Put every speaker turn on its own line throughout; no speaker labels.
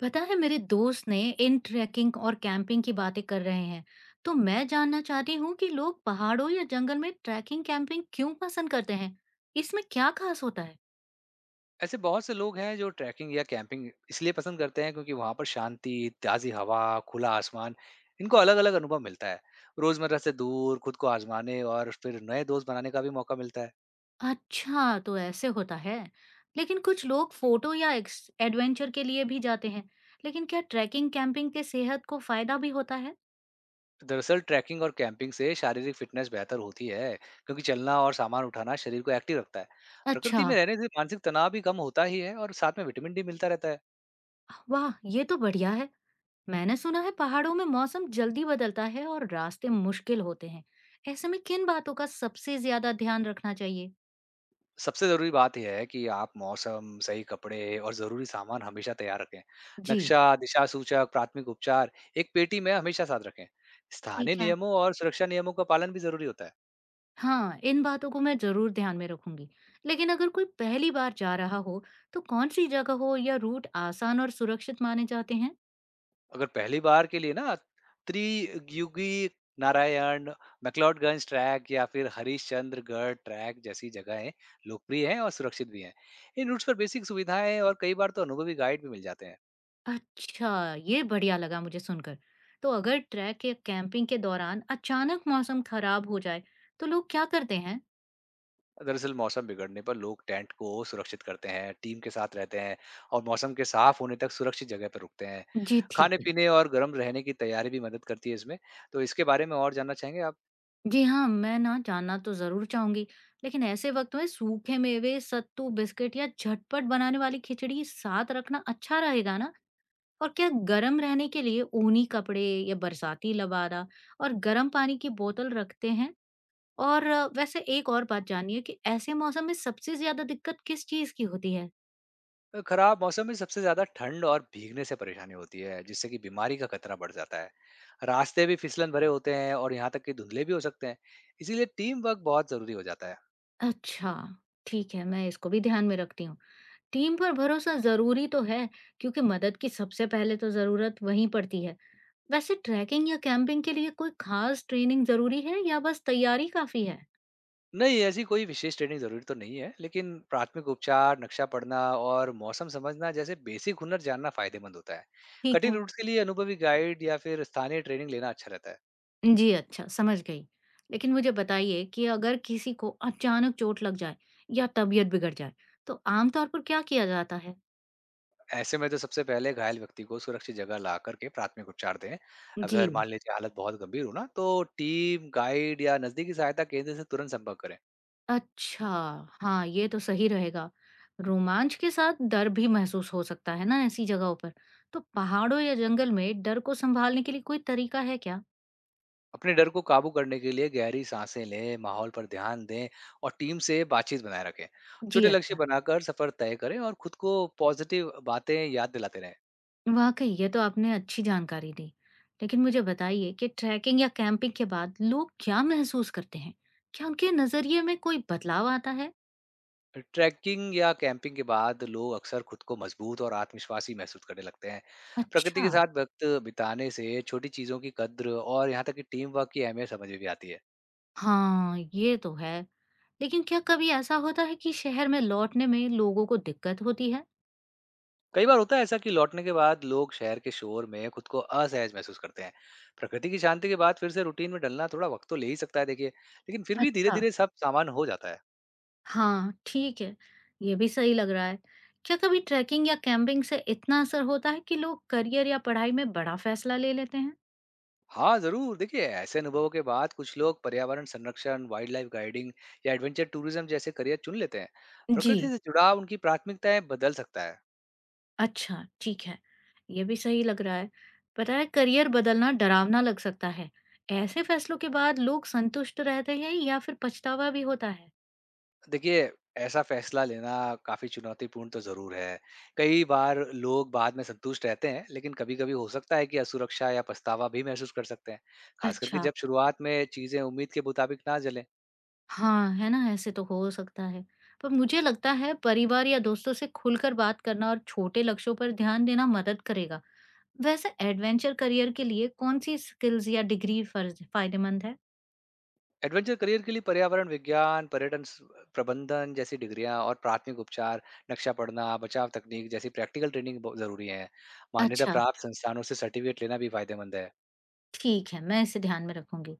पता है मेरे दोस्त ने इन ट्रैकिंग और कैंपिंग की बातें कर रहे हैं। तो मैं जानना चाहती हूँ कि लोग पहाड़ों या जंगल में ट्रैकिंग कैंपिंग क्यों पसंद करते हैं। इसमें क्या खास होता है?
ऐसे बहुत से लोग हैं जो ट्रैकिंग या कैंपिंग इसलिए पसंद करते हैं क्योंकि वहां पर शांति, ताजी हवा, खुला आसमान, इनको अलग-अलग अनुभव मिलता है। रोजमर्रा से दूर खुद को आजमाने और फिर नए दोस्त बनाने का भी मौका मिलता है।
अच्छा, तो ऐसे होता है। लेकिन कुछ लोग फोटो या एडवेंचर के लिए भी जाते हैं। लेकिन क्या ट्रैकिंग कैंपिंग के सेहत को फायदा भी होता है?
दरअसल ट्रैकिंग और कैंपिंग से शारीरिक फिटनेस बेहतर होती है क्योंकि चलना और सामान उठाना शरीर को एक्टिव रखता है।
अच्छा,
प्रकृति में रहने से मानसिक तनाव भी कम होता ही है और साथ में विटामिन डी मिलता रहता है।
वाह ये तो बढ़िया है। मैंने सुना है पहाड़ों में मौसम जल्दी बदलता है और रास्ते मुश्किल होते हैं। ऐसे में किन बातों का सबसे ज्यादा ध्यान रखना चाहिए?
सबसे ज़रूरी बात यह है कि आप मौसम, सही कपड़े और ज़रूरी सामान हमेशा तैयार रखें।
जी,
नक्शा, दिशा सूचक, प्राथमिक उपचार एक पेटी में हमेशा साथ रखें। स्थानीय
ठीक है।
नियमों और सुरक्षा नियमों का पालन भी ज़रूरी होता है।
हाँ, इन बातों को मैं जरूर ध्यान में रखूंगी। लेकिन अगर कोई पहली बार जा रहा हो, तो कौन सी जगह हो या रूट आसान और सुरक्षित माने जाते हैं?
अगर पहली बार के लिए ना त्रियुगी नारायण, मैक्लोडगंज ट्रैक या फिर हरिश्चंद्रगढ़ ट्रैक जैसी जगहें लोकप्रिय हैं और सुरक्षित भी हैं। इन रूट्स पर बेसिक सुविधाएं और कई बार तो अनुभवी गाइड भी मिल जाते हैं।
अच्छा, ये बढ़िया लगा मुझे सुनकर। तो अगर ट्रैक या कैंपिंग के दौरान अचानक मौसम खराब हो जाए, तो लोग क्या करते हैं?
दरअसल मौसम बिगड़ने पर लोग टेंट को सुरक्षित करते हैं, टीम के साथ रहते हैं और मौसम के साफ होने तक सुरक्षित जगह पर रुकते हैं।
जी, ठीक
खाने
है।
पीने और गर्म रहने की तैयारी भी मदद करती है इसमें। तो इसके बारे में और जानना चाहेंगे आप?
जी हाँ, मैं ना जानना तो ज़रूर चाहूँगी। लेकिन ऐसे वक़्त में सूखे मेवे, सत्तू, बिस्किट या झटपट बनाने वाली खिचड़ी साथ रखना अच्छा रहेगा ना? और क्या गर्म रहने के लिए ऊनी कपड़े या बरसाती लबादा और गर्म पानी की बोतल रखते हैं? और वैसे एक और बात जाननी है कि ऐसे मौसम में सबसे ज़्यादा दिक्कत किस चीज़ की होती है?
खराब मौसम में सबसे ज्यादा ठंड और भीगने से परेशानी होती है जिससे कि बीमारी का खतरा बढ़ जाता है। रास्ते भी फिसलन भरे होते हैं और यहाँ तक कि धुंधले भी हो सकते हैं। इसीलिए टीम वर्क बहुत जरूरी हो जाता है।
अच्छा, ठीक है, मैं इसको भी ध्यान में रखती हूँ। टीम पर भरोसा ज़रूरी तो है, क्योंकि मदद की सबसे पहले तो ज़रूरत वहीं पड़ती है। वैसे ट्रैकिंग या कैंपिंग के लिए कोई खास ट्रेनिंग जरूरी है या बस तैयारी काफी है?
नहीं, ऐसी कोई विशेष ट्रेनिंग ज़रूरी तो नहीं है, लेकिन प्राथमिक उपचार, नक्शा पढ़ना और मौसम समझना जैसे बेसिक हुनर जानना फ़ायदेमंद होता है।
ठीक
कठिन
है।
रूट्स के लिए अनुभवी गाइड या फिर स्थानीय ट्रेनिंग लेना अच्छा रहता है।
जी, अच्छा समझ गई। लेकिन मुझे बताइए कि अगर किसी को अचानक चोट लग जाए या तबीयत बिगड़ जाए, तो आमतौर पर क्या किया जाता है?
ऐसे में तो सबसे पहले घायल व्यक्ति को सुरक्षित जगह ला करके प्राथमिक उपचार दें।
जी,
अगर मान लीजिए हालत बहुत गंभीर हो ना, तो टीम, गाइड या नज़दीकी सहायता केंद्र से तुरंत संपर्क करें।
अच्छा। हाँ, ये तो सही रहेगा। रोमांच के साथ डर भी महसूस हो सकता है ना ऐसी जगहों पर। तो पहाड़ों या जंगल में डर को संभालने के लिए कोई तरीका है क्या?
अपने डर को काबू करने के लिए गहरी सांसें लें, माहौल पर ध्यान दें और टीम से बातचीत बनाए रखें।
जी,
छोटे लक्ष्य
अच्छा।
बनाकर सफर तय करें और खुद को पॉजिटिव बातें याद दिलाते रहें।
वाकई ये तो आपने अच्छी जानकारी दी। लेकिन मुझे बताइए कि ट्रैकिंग या कैंपिंग के बाद लोग क्या महसूस करते हैं? क्या उनके नजरिए में कोई बदलाव आता है?
ट्रैकिंग या कैंपिंग के बाद लोग अक्सर खुद को मजबूत और आत्मविश्वासी महसूस करने लगते हैं। प्रकृति
अच्छा।
के साथ वक्त बिताने से छोटी चीज़ों की कद्र और यहाँ तक कि टीम वर्क की अहमियत समझ में भी आती है।
हाँ, ये तो है। लेकिन क्या कभी ऐसा होता है कि शहर में लौटने में लोगों को दिक्कत होती है?
कई बार होता है ऐसा कि लौटने के बाद लोग शहर के शोर में खुद को असहज महसूस करते हैं। प्रकृति की शांति के बाद फिर से रूटीन में डलना थोड़ा वक्त तो ले ही सकता है देखिए, लेकिन फिर भी धीरे
अच्छा,
धीरे सब सामान हो जाता है।
हाँ, ठीक है। ये भी सही लग रहा है। क्या कभी ट्रैकिंग या कैंपिंग से इतना असर होता है कि लोग करियर या पढ़ाई में बड़ा फैसला ले लेते हैं?
हाँ जरूर, देखिए ऐसे अनुभवों के बाद कुछ लोग पर्यावरण संरक्षण, वाइल्ड लाइफ गाइडिंग या एडवेंचर टूरिज्म जैसे करियर चुन लेते हैं।
जी,
प्रकृति से जुड़ाव उनकी प्राथमिकताएं बदल सकता है।
अच्छा, ठीक है। ये भी सही लग रहा है। पता है करियर बदलना डरावना लग सकता है। ऐसे फैसलों के बाद लोग संतुष्ट रहते हैं या फिर पछतावा भी होता है?
देखिए, ऐसा फैसला लेना काफ़ी चुनौतीपूर्ण तो ज़रूर है। कई बार लोग बाद में संतुष्ट रहते हैं, लेकिन कभी-कभी हो सकता है कि असुरक्षा या पछतावा भी महसूस कर सकते हैं, खास करके
अच्छा,
जब शुरुआत में चीज़ें उम्मीद के मुताबिक ना चलें।
हाँ, है ना? ऐसे तो हो सकता है। पर मुझे लगता है परिवार या दोस्तों से खुलकर बात करना और छोटे लक्ष्यों पर ध्यान देना मदद करेगा। वैसे एडवेंचर करियर के लिए कौन-सी स्किल्स या डिग्री फ़र्ज़ फायदेमंद है?
एडवेंचर करियर के लिए पर्यावरण विज्ञान, पर्यटन स प्रबंधन जैसी डिग्रियाँ और प्राथमिक उपचार, नक्शा पढ़ना, बचाव तकनीक जैसी प्रैक्टिकल ट्रेनिंग ब ज़रूरी है। मान्यता
अच्छा।
प्राप्त संस्थानों से सर्टिफ़िकेट लेना भी फ़ायदेमंद है।
ठीक है, मैं इसे ध्यान में रखूँगी।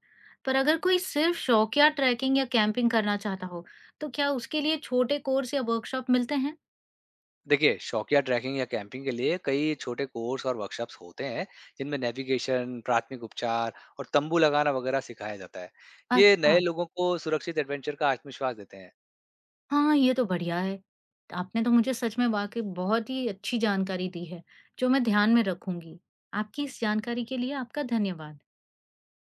पर अगर कोई सिर्फ़ शौकिया ट्रैकिंग या कैंपिंग करना चाहता हो, तो क्या उसके लिए छोटे कोर्स या वर्कशॉप मिलते हैं?
देखिए, शौकिया ट्रैकिंग या कैंपिंग के लिए कई छोटे कोर्स और वर्कशॉप्स होते हैं जिनमें नेविगेशन, प्राथमिक उपचार और तंबू लगाना वगैरह सिखाया जाता है। ये
अच्छा,
नए लोगों को सुरक्षित एडवेंचर का आत्मविश्वास देते हैं।
हाँ, ये तो बढ़िया है। आपने तो मुझे सच में वाक़ई बहुत ही अच्छी जानकारी दी है, जो मैं ध्यान में रखूँगी। आपकी इस जानकारी के लिए आपका धन्यवाद।